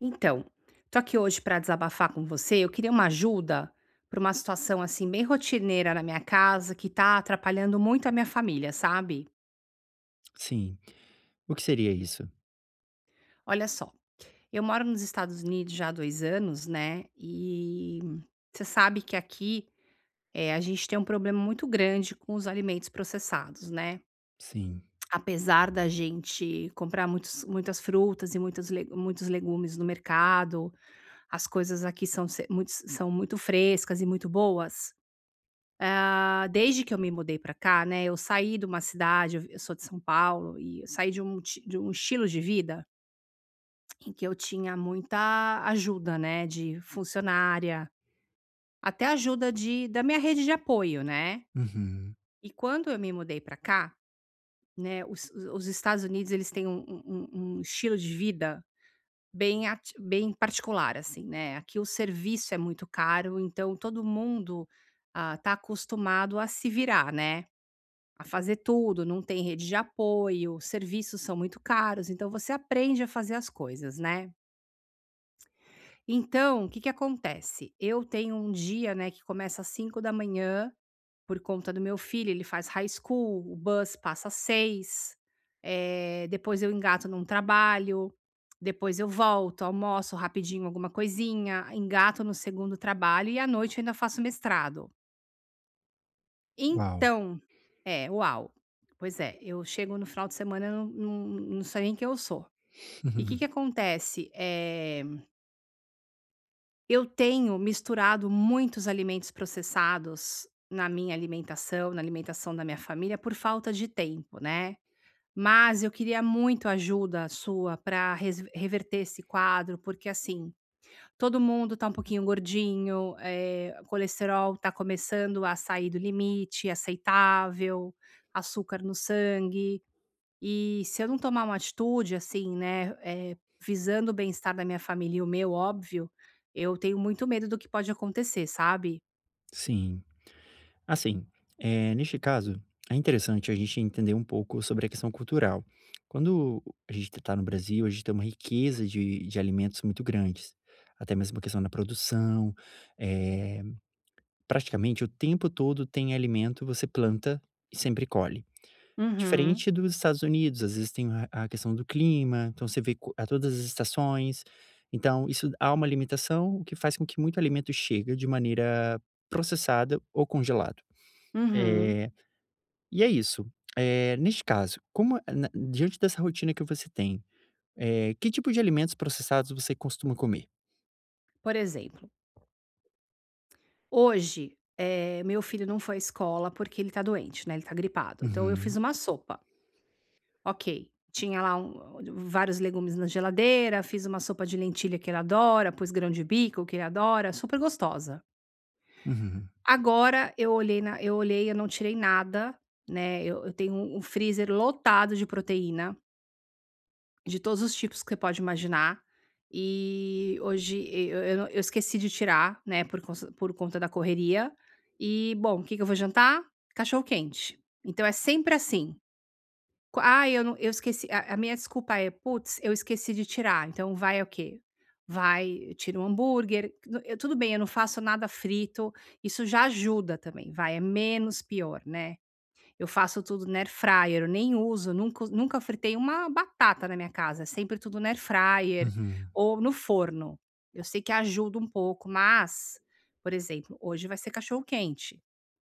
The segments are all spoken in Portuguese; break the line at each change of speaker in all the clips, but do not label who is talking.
Então, tô aqui hoje para desabafar com você. Eu queria uma ajuda para uma situação assim bem rotineira na minha casa que tá atrapalhando muito a minha família, sabe?
Sim. O que seria isso?
Olha só, eu moro nos Estados Unidos já há dois anos, né? E você sabe que aqui a gente tem um problema muito grande com os alimentos processados, né?
Sim.
Apesar da gente comprar muitas frutas e muitos legumes no mercado, as coisas aqui são, se- muito, são muito frescas e muito boas. Ah, desde que eu me mudei pra cá, né, eu saí de uma cidade, eu sou de São Paulo e eu saí de um estilo de vida em que eu tinha muita ajuda, né, de funcionária, até ajuda de da minha rede de apoio, né.
Uhum.
E quando eu me mudei pra cá, né, os Estados Unidos eles têm um estilo de vida bem particular, assim, né. Aqui o serviço é muito caro, então todo mundo, tá acostumado a se virar, né. A fazer tudo, não tem rede de apoio, os serviços são muito caros, então você aprende a fazer as coisas, né. Então, o que que acontece? Eu tenho um dia, né, que começa às cinco da manhã por conta do meu filho, ele faz high school, o bus passa às seis, depois eu engato num trabalho, depois eu volto, almoço rapidinho alguma coisinha, engato no segundo trabalho e à noite eu ainda faço mestrado.
Uau.
Então, é, uau. Pois é, eu chego no final de semana, eu não não não sei nem quem eu sou. E o que
Uhum.
que acontece? Eu tenho misturado muitos alimentos processados na minha alimentação, na alimentação da minha família, por falta de tempo, né. Mas eu queria muito ajuda sua para reverter esse quadro, porque assim, todo mundo tá um pouquinho gordinho, o colesterol tá começando a sair do limite aceitável, açúcar no sangue. E se eu não tomar uma atitude, assim, né, visando o bem-estar da minha família e o meu, óbvio, eu tenho muito medo do que pode acontecer, sabe?
Sim. Assim, neste caso, é interessante a gente entender um pouco sobre a questão cultural. Quando a gente está no Brasil, a gente tem uma riqueza de alimentos muito grandes, até mesmo a questão da produção, eh, praticamente o tempo todo tem alimento, você planta e sempre colhe.
Uhum,
Diferente dos Estados Unidos, às vezes tem a questão do clima, então você vê co a todas as estações, então isso há uma limitação, o que faz com que muito alimento chega de maneira processada ou congelado.
uhum.
Eh, e é isso. Neste caso, como a- na diante dessa rotina que você tem, que tipo de alimentos processados você costuma comer?
Por exemplo, hoje, meu filho não foi à escola porque ele tá doente, né, ele tá gripado. Então eu fiz
Uhum,
uma sopa. Ok. Tinha lá vários legumes na geladeira, fiz uma sopa de lentilha que ele adora, pus grão de bico que ele adora, super gostosa.
uhum,
Agora eu olhei, eu não tirei nada, né? Eu tenho um freezer lotado de proteína, de todos os tipos que você pode imaginar. E hoje eu eu esqueci de tirar, né, por conta da correria. E, bom, que eu vou jantar? Cachorro quente. Então é sempre assim. Eu não eu esqueci, a minha desculpa é: "Putz, eu esqueci de tirar", então vai o quê? Vai, tira um hambúrguer, tudo bem, eu não faço nada frito, isso já ajuda também, vai, é menos pior, né. Eu faço tudo no air fryer, eu nem uso, nunca fritei uma batata na minha casa, é sempre tudo no air fryer
uhum.
ou no forno. Eu sei que ajuda um pouco, mas, por exemplo, hoje vai ser cachorro quente.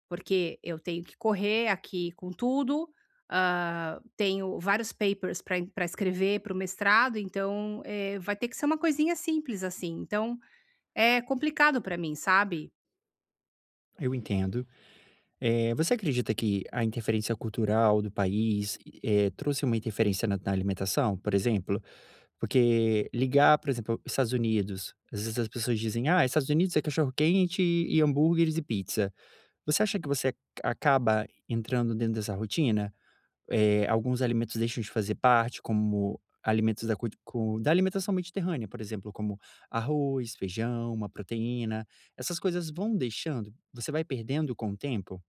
Porque eu tenho que correr aqui com tudo, hã, tenho vários papers para escrever para o mestrado, então, vai ter que ser uma coisinha simples, assim. Então, é complicado para mim, sabe.
Eu entendo. Você acredita que a interferência cultural do país, trouxe uma interferência na alimentação, por exemplo? Porque ligar, por exemplo, Estados Unidos, às vezes as pessoas dizem: "Ah, Estados Unidos é cachorro-quente e hambúrgueres e pizza". Você acha que você acaba entrando dentro dessa rotina? Alguns alimentos deixam de fazer parte, como alimentos da cult cu da alimentação mediterrânea, por exemplo, como arroz, feijão, uma proteína, essas coisas vão deixando? Você vai perdendo com o tempo?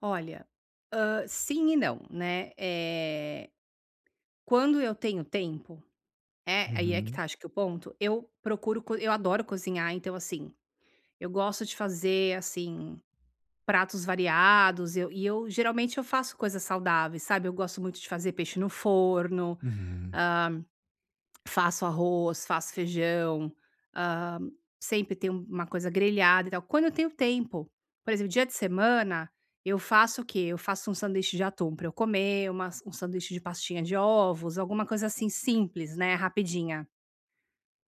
Olha, hã, sim e não, né. Quando eu tenho tempo é, aí é que
Uhum,
tá, acho que o ponto, eu procuro co eu adoro cozinhar, então, assim, eu gosto de fazer, assim, pratos variados, eu geralmente eu faço coisas saudáveis, sabe, eu gosto muito de fazer peixe no forno,
uhum,
hã, faço arroz, faço feijão, hã, sempre tem uma coisa grelhada e tal, quando eu tenho tempo. Por exemplo, dia de semana, eu faço o quê? Eu faço um sanduíche de atum para eu comer, uma um sanduíche de pastinha de ovos, alguma coisa assim simples, né, rapidinha.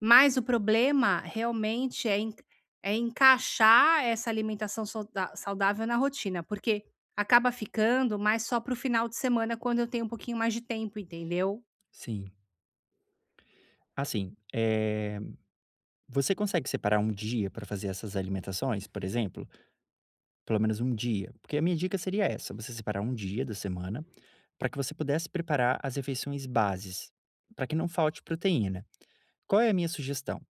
Mas o problema realmente é en é encaixar essa alimentação solda saudável na rotina, porque acaba ficando mais só para o final de semana quando eu tenho um pouquinho mais de tempo, entendeu?
sim. Assim, você consegue separar um dia para fazer essas alimentações, por exemplo? Pelo menos um dia? Porque a minha dica seria essa, você separar um dia da semana para que você pudesse preparar as refeições bases, para que não falte proteína. Qual é a minha sugestão?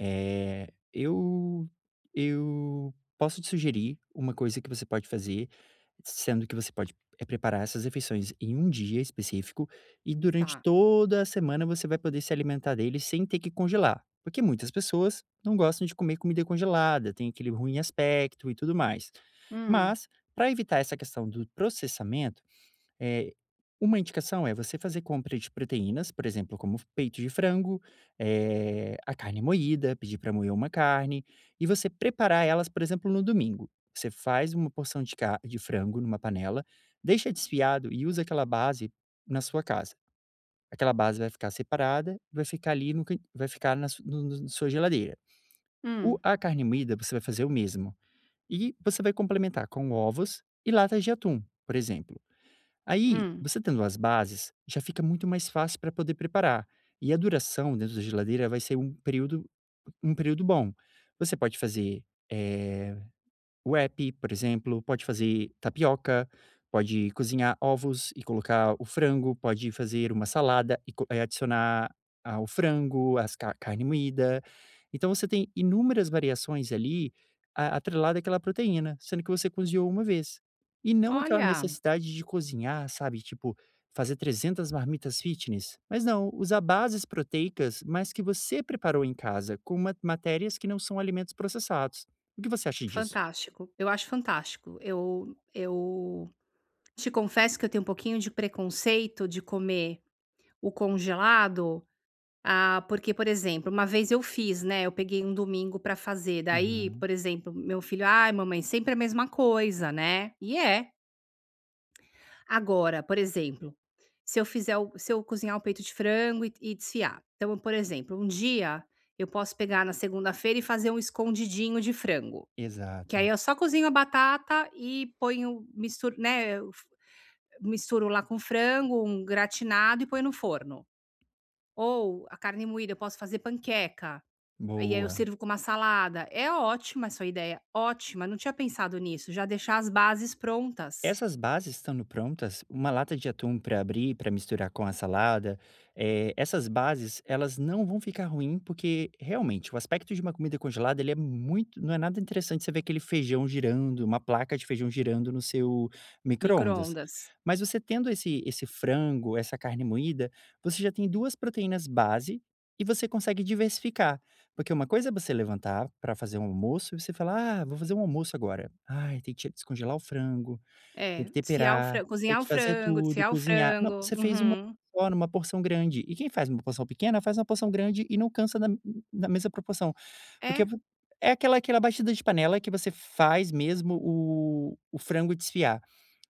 Eh, eu eu posso te sugerir uma coisa que você pode fazer, sendo que você pode, preparar essas refeições em um dia específico e durante
Tá.
toda a semana você vai poder se alimentar dele sem ter que congelar, porque muitas pessoas não gostam de comer comida congelada, tem aquele ruim aspecto e tudo mais.
Hum,
Mas, para evitar essa questão do processamento, eh, uma indicação é você fazer compra de proteínas, por exemplo, como peito de frango, a carne moída, pedir para moer uma carne e você preparar elas, por exemplo, no domingo. Você faz uma porção de ca de frango numa panela, deixa desfiado e usa aquela base na sua casa. Aquela base vai ficar separada, e vai ficar ali no can vai ficar na su no no na sua geladeira. O
hum,
a carne moída você vai fazer o mesmo e você vai complementar com ovos e latas de atum, por exemplo. Aí,
hum.
você tendo as bases, já fica muito mais fácil para poder preparar. E a duração dentro da geladeira vai ser um período bom. Você pode fazer, eh o app, por exemplo, pode fazer tapioca, pode cozinhar ovos e colocar o frango, pode fazer uma salada e adicionar o frango, as carne moída. Então você tem inúmeras variações ali atrelada àquela proteína, sendo que você cozinhou uma vez. E não aquela
Olha,
necessidade de cozinhar, sabe? Tipo, fazer 300 marmitas fitness. Mas não, usar bases proteicas, mas que você preparou em casa, com matérias que não são alimentos processados. O que você acha disso?
fantástico. Eu acho fantástico. Eu te confesso que eu tenho um pouquinho de preconceito de comer o congelado. Ah, porque, por exemplo, uma vez eu fiz, né, eu peguei um domingo pra fazer, daí,
Uhum,
por exemplo, meu filho: "Ai, mamãe, sempre a mesma coisa, né". E é. Agora, por exemplo, se eu cozinhar o peito de frango e desfiar, então, por exemplo, um dia eu posso pegar na segunda-feira e fazer um escondidinho de frango, que aí
exato.
eu só cozinho a batata e ponho misturo, né, eu f misturo lá com frango, um gratinado e ponho no forno. Ou a carne moída, eu posso fazer panqueca. E aí eu
Boa.
sirvo com uma salada. É ótima essa ideia, ótima, não tinha pensado nisso, já deixar as bases prontas,
Essas bases estando prontas, uma lata de atum para abrir, para misturar com a salada, essas bases elas não vão ficar ruim, porque realmente o aspecto de uma comida congelada ele é muito, não é nada interessante você ver aquele feijão girando, uma placa de feijão girando no seu micro-ondas.
micro-ondas.
Mas você tendo esse frango, essa carne moída, você já tem duas proteínas base e você consegue diversificar. Porque uma coisa é você levantar para fazer um almoço e você falar, ah, vou fazer um almoço agora. Ai, tem que descongelar o frango, tem
É,
que
desfiar o
temperar,
frango
tem
cozinhar o
que fazer
frango,
tudo,
desfiar o
cozinhar. Não,
frango.
você fez uma
Uhum.
só numa porção grande. E quem faz uma porção pequena, faz uma porção grande e não cansa da mesma proporção. Porque
É,
vo é aquela batida de panela que você faz mesmo o frango desfiar.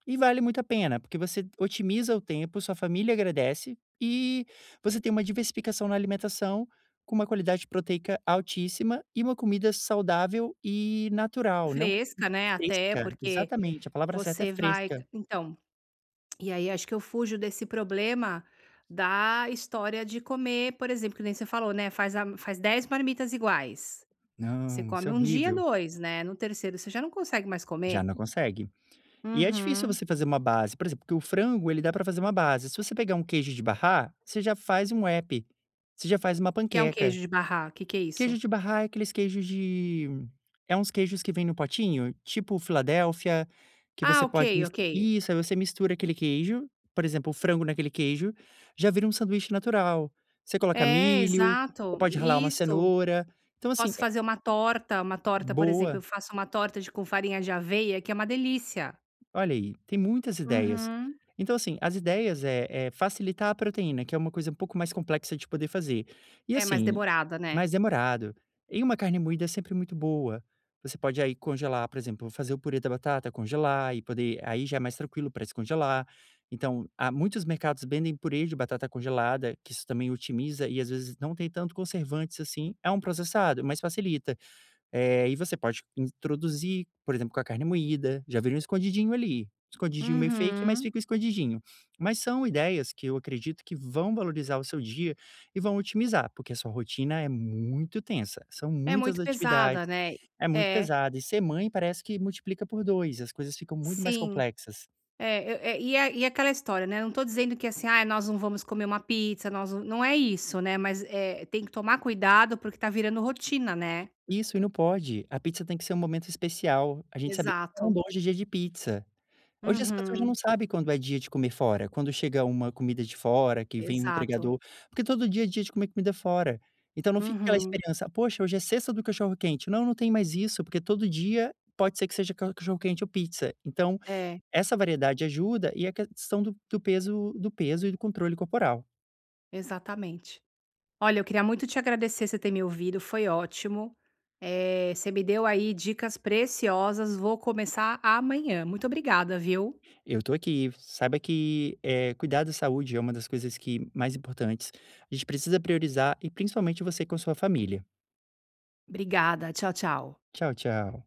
E vale muito a pena, porque você otimiza o tempo, sua família agradece e você tem uma diversificação na alimentação, com uma qualidade proteica altíssima e uma comida saudável e natural, não
fresca, né, até,
fresca.
porque
Exatamente, a palavra certa é
você vai
fresca.
então, e aí acho que eu fujo desse problema da história de comer, por exemplo, que nem você falou, né, faz 10 marmitas iguais. Você
Não, isso
come
é
um dia,
horrível.
2, né, no terceiro você já não consegue mais
Já
comer.
não consegue. E é difícil
Uhum.
você fazer uma base, por exemplo, porque o frango ele dá pra fazer uma base, se você pegar um queijo de barrar, você já faz um wrap, você já faz uma
O que que é um
panqueca.
queijo de barrar? Que é isso?
Queijo de barrar é aqueles queijos de é uns queijos que vêm no potinho, tipo Filadélfia, que
Ah,
você
ok,
pode mis
ok.
isso, aí você mistura aquele queijo, por exemplo, o frango naquele queijo, já vira um sanduíche natural. Você coloca
É,
milho, você
exato,
pode ralar uma
isso.
cenoura, então assim,
Posso
é
fazer uma torta, por exemplo,
boa.
eu faço uma torta de com farinha de aveia, que é uma delícia.
Olha aí, tem muitas ideias.
Uhum.
Então, assim, as ideias é facilitar a proteína, que é uma coisa um pouco mais complexa de poder fazer. E
É mais
assim,
demorada, né.
mais demorado. E uma carne moída é sempre muito boa. Você pode aí congelar, por exemplo, fazer o purê da batata, congelar e poder. Aí já é mais tranquilo para descongelar. Então, há muitos mercados vendem purê de batata congelada, que isso também otimiza e às vezes não tem tanto conservantes assim. É um processado, mas facilita. E você pode introduzir, por exemplo, com a carne moída, já vira um escondidinho ali, escondidinho meio fake, mas
Uhum.
fica o escondidinho. Mas são ideias que eu acredito que vão valorizar o seu dia e vão otimizar, porque a sua rotina é muito tensa, são
É
muitas
muito pesada,
atividades,
né.
é muito
É,
pesado, e ser mãe parece que multiplica por 2. As coisas ficam muito mais
sim.
complexas.
É, eu é e é e é aquela história, né, não tô dizendo que assim: "ah, nós não vamos comer uma pizza, nós não", não é isso, né, mas, tem que tomar cuidado, porque tá virando rotina, né.
Isso, e não pode, a pizza tem que ser um momento especial, a gente sabe,
Exato.
hoje é dia de pizza. Hoje as pessoas já não
Uhum.
sabem quando é dia de comer fora, quando chega uma comida de fora, que vem um
Exato.
entregador, porque todo dia é dia de comer comida fora. Então não fica aquela
Uhum.
esperança: "Poxa, hoje é sexta do cachorro-quente". Não, não tem mais isso, porque todo dia pode ser que seja ca cachorro-quente ou pizza. Então,
É,
essa variedade ajuda e a questão do peso e do controle corporal.
exatamente. Olha, eu queria muito te agradecer, você ter me ouvido, foi ótimo. Você me deu aí dicas preciosas, vou começar amanhã. Muito obrigada, viu?
Eu tô aqui, saiba que, cuidar da saúde é uma das coisas que mais importantes. A gente precisa priorizar e principalmente você com sua família.
Obrigada, tchau, tchau.
Tchau, tchau.